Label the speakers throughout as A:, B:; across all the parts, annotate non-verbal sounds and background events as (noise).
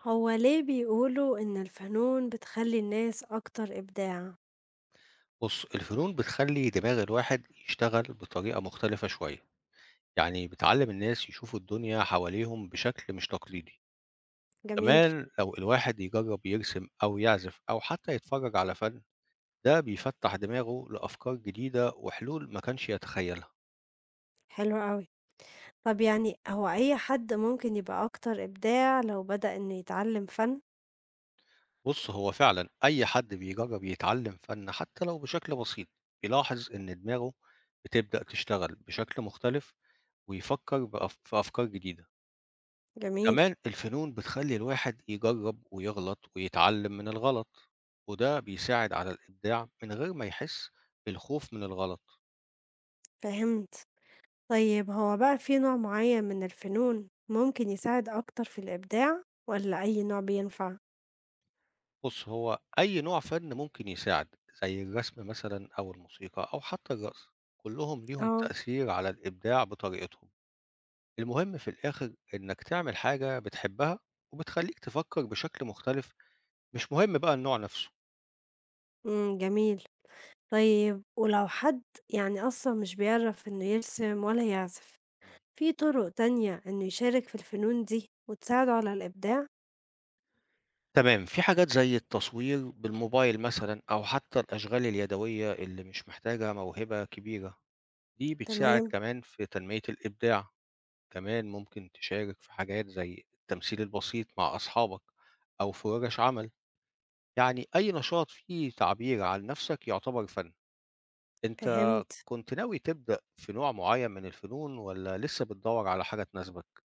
A: هو ليه بيقولوا إن الفنون بتخلّي الناس أكتر إبداع؟
B: بُص، الفنون بتخلّي دماغ الواحد يشتغل بطريقة مختلفة شوية، يعني بتعلّم الناس يشوفوا الدنيا حواليهم بشكل مش تقليدي،
A: جميل،
B: كمان لو الواحد يجرّب يرسم أو يعزف أو حتى يتفرّج على فَن، ده بيفتّح دماغه لأفكار جديدة وحلول ما كانش يتخيّلها.
A: حلو أوي. طب يعني هو أي حد ممكن يبقى أكتر إبداع لو بدأ إنه يتعلم فن؟
B: بُص، هو فعلًا أي حد بيجرّب يتعلّم فَن حتى لو بشكل بسيط، بيلاحظ إن دماغه بتبدأ تشتغل بشكل مختلف ويفكّر في أفكار جديدة.
A: جميل،
B: كمان الفنون بتخلّي الواحد يجرّب ويغلط ويتعلّم من الغلط، وده بيساعد على الإبداع من غير ما يحس بالخوف من الغلط.
A: فهمت. طيب هو بقى في نوع معين من الفنون ممكن يساعد أكتر في الإبداع والّا أي نوع بينفع؟
B: بُص، هو أي نوع فن ممكن يساعد، زي الرسم مثلًا أو الموسيقى أو حتى الرقص، كلّهم ليهم
A: آه،
B: تأثير على الإبداع بطريقتهم. المهم في الآخر إنّك تعمل حاجة بتحبها وبتخلّيك تفكّر بشكل مختلف، مش مهم بقى النوع نَفْسه.
A: إمم، جميل. طيب ولو حد يعني أصلًا مش بيعرف إنه يرسم ولا يعزف، في طرق تانية إنه يشارك في الفنون دي وتساعده على الإبداع؟
B: تمام، في حاجات زي التصوير بالموبايل مثلا أو حتى الأشغال اليدوية اللي مش محتاجة موهبة كبيرة، دي بتساعد
A: تمام،
B: كمان في تنمية الإبداع. كمان ممكن تشارك في حاجات زي التمثيل البسيط مع أصحابك أو في ورش عمل، يعني أي نشاط فيه تعبير عن نفسك يعتبر فن. أنت
A: فهمت.
B: كنت ناوي تبدأ في نوع معين من الفنون ولا لسه بتدور على حاجة تناسبك؟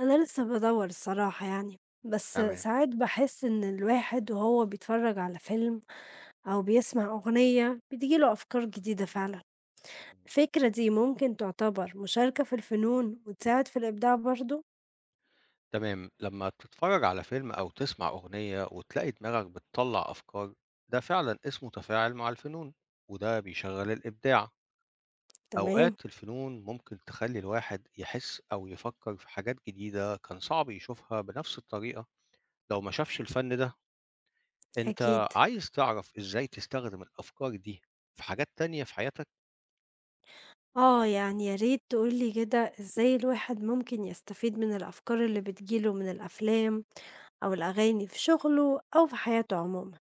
A: أنا لسه بادوّر الصراحة يعني، بس
B: تمام
A: ساعات باحس إن الواحد وهو بيتفرّج على فيلم أو بيسمع أغنية بتيجي له أفكار جديدة فعلًا. الفكرة دي ممكن تعتبر مشاركة في الفنون وتساعد في الإبداع برضه؟
B: تمام لما تتفرج على فيلم أو تسمع أغنية وتلاقي دماغك بتطلع أفكار، ده فعلا اسمه تفاعل مع الفنون، وده بيشغل الإبداع.
A: تمام،
B: أوقات الفنون ممكن تخلي الواحد يحس أو يفكر في حاجات جديدة كان صعب يشوفها بنفس الطريقة لو ما شافش الفن ده. أنت
A: أكيد.
B: عايز تعرف إزاي تستخدم الأفكار دي في حاجات تانية في حياتك.
A: آه، يعني يا ريت تقول لي كده إزاي الواحد ممكن يستفيد من الأفكار اللي بتيجي له من الأفلام أو الأغاني في شغله أو في حياته عمومًا.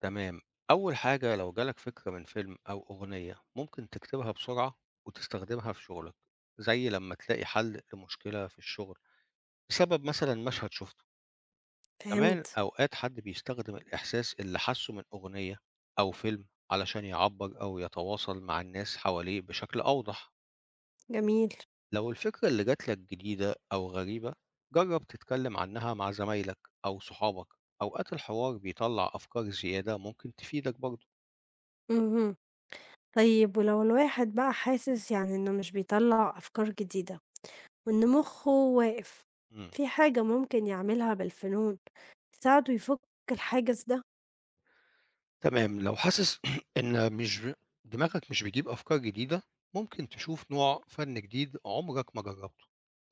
B: تمام، أول حاجة لو جالك فكرة من فيلم أو أغنية ممكن تكتبها بسرعة وتستخدمها في شغلك، زي لما تلاقي حل لمشكلة في الشغل بسبب مثلا مشهد شفته. كمان
A: فهمت،
B: أوقات حد بيستخدم الإحساس اللي حسه من أغنية أو فيلم علشان يعبر أو يتواصل مع الناس حواليه بشكل أوضح.
A: جميل.
B: لو الفكرة اللي جاتلك جديدة أو غريبة، جرب تتكلم عنها مع زمايلك أو صحابك، أوقات الحوار بيطلع أفكار زيادة ممكن تفيدك برضه.
A: اهم. طيب ولو الواحد بقى حاسس يعني إنه مش بيطلّع أفكار جديدة وإن مُخّه واقف،
B: مم.
A: في حاجة ممكن يعملها بالفنون تساعده يفُك الحاجز ده؟
B: تمام، لو حاسس (clears throat) إن مش ب دماغك مش بيجيب أفكار جديدة، ممكن تشوف نوع فن جديد عمرك ما جربته،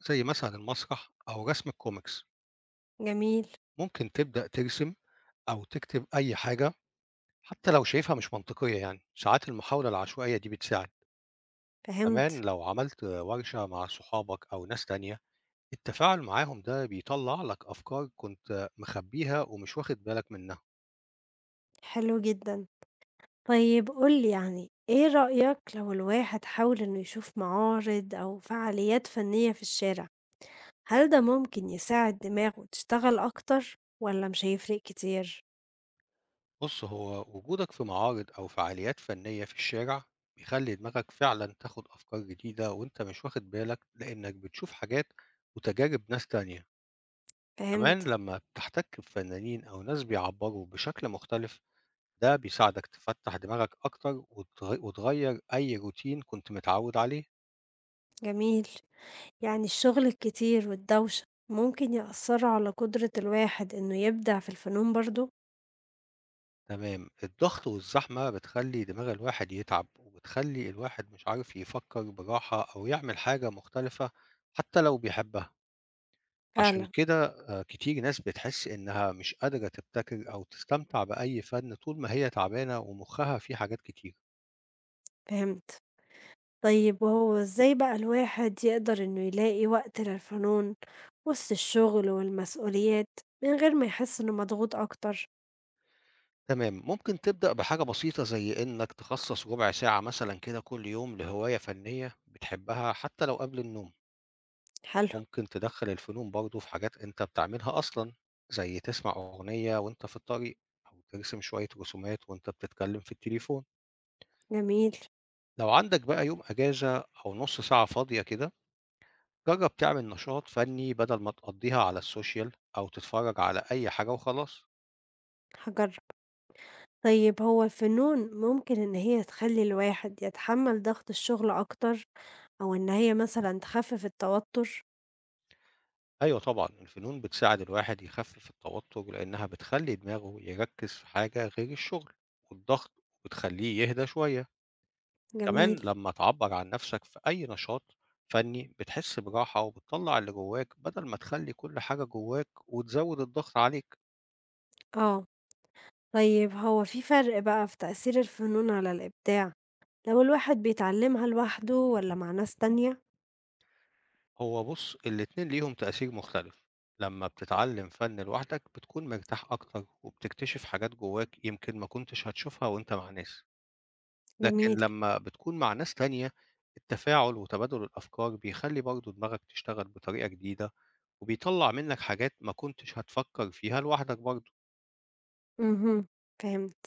B: زي مثلًا المسرح أو رسم الكوميكس،
A: جميل،
B: ممكن تبدأ ترسم أو تكتب أي حاجة حتى لو شايفها مش منطقية، ساعات المحاولة العشوائية دي بتساعد، كمان
A: فهمت،
B: لو عملت ورشة مع صحابك أو ناس تانية، التفاعل معاهم ده بيطلّع لك أفكار كنت مخبيها ومش واخد بالك منها.
A: حلو جدًا. طيب قُل لي يعني إيه رأيك لو الواحد حاول إنه يشوف معارض أو فعاليات فنية في الشارع، هل ده ممكن يساعد دماغه تشتغل أكتر والّا مش هيفرق كتير؟
B: بص، هو وجودك في معارض أو فعاليات فنية في الشارع بيخلي دماغك فعلا تاخد أفكار جديدة وأنت مش واخد بالك لأنك بتشوف حاجات وتجارب ناس تانية. كمان
A: فهمت،
B: لما بتحتك بفنانين أو ناس بيعبروا بشكل مختلف، ده بيساعدك تفتح دماغك أكتر وتغير أي روتين كنت متعود عليه.
A: جميل. يعني الشغل الكتير والدوشة ممكن يأثروا على قدرة الواحد إنه يبدع في الفنون برضه؟
B: تمام، الضغط والزحمة بتخلي دماغ الواحد يتعب وبتخلي الواحد مش عارف يفكر براحة أو يعمل حاجة مختلفة حتى لو بيحبها. عشان
A: فعلًا،
B: كده كتير ناس بتحس إنها مش قادرة تبتكر أو تستمتع بأي فن طول ما هي تعبانة ومخها فيه حاجات كتير.
A: فهمت. طيب وهو إزاي بقى الواحد يقدر إنه يلاقي وقت للفنون وسط الشغل والمسؤوليات من غير ما يحس إنه مضغوط أكتر؟
B: تمام، ممكن تبدأ بحاجة بسيطة زي إنك تخصص ربع ساعة مثلًا كده كل يوم لهواية فنية بتحبها حتى لو قبل النوم.
A: حلو،
B: ممكن تدخّل الفنون برضه في حاجات أنت بتعملها أصلًا، زي تسمع أغنية وأنت في الطريق أو ترسم شوية رسومات وأنت بتتكلم في التليفون.
A: جميل،
B: لو عندك بقى يوم أجازة أو نُص ساعة فاضية كده، جرب تعمل نشاط فني بدل ما تقضيها على السوشيال أو تتفرج على أي حاجة وخلاص.
A: هاجرب. طيب هو الفنون ممكن إن هي تخلّي الواحد يتحمّل ضغط الشغل أكتر أو إن هي مثلًا تخفف التوتر؟
B: أيوة طبعا الفنون بتساعد الواحد يخفف التوتر لأنها بتخلي دماغه يركز في حاجة غير الشغل والضغط، وبتخليه يهدى شوية.
A: جميل،
B: كمان لما تعبر عن نفسك في أي نشاط فني بتحس براحة وبتطلع اللي جواك بدل ما تخلي كل حاجة جواك وتزود الضغط عليك.
A: آه. طيب هو في فرق بقى في تأثير الفنون على الإبداع لو الواحد بيتعلمها لوحده ولا مع ناس تانية؟
B: هو بُص، الاتنين ليهم تأثير مختلف، لمّا بتتعلّم فَن لوحدك بتكون مرتاح أكتر وبتكتشف حاجات جواك يمكن ما كنتش هتشوفها وأنت مع ناس، لكن
A: جميل،
B: لمّا بتكون مع ناس تانية، التفاعل وتبادل الأفكار بيخلّي برضه دماغك تشتغل بطريقة جديدة، وبيطلّع منّك حاجات ما كنتش هتفكّر فيها لوحدك برضه.
A: امم، فهمت.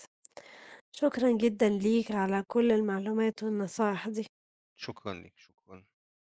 A: شكرا جدا ليك على كل المعلومات والنصائح دي.
B: شكرًا ليك، شكرًا.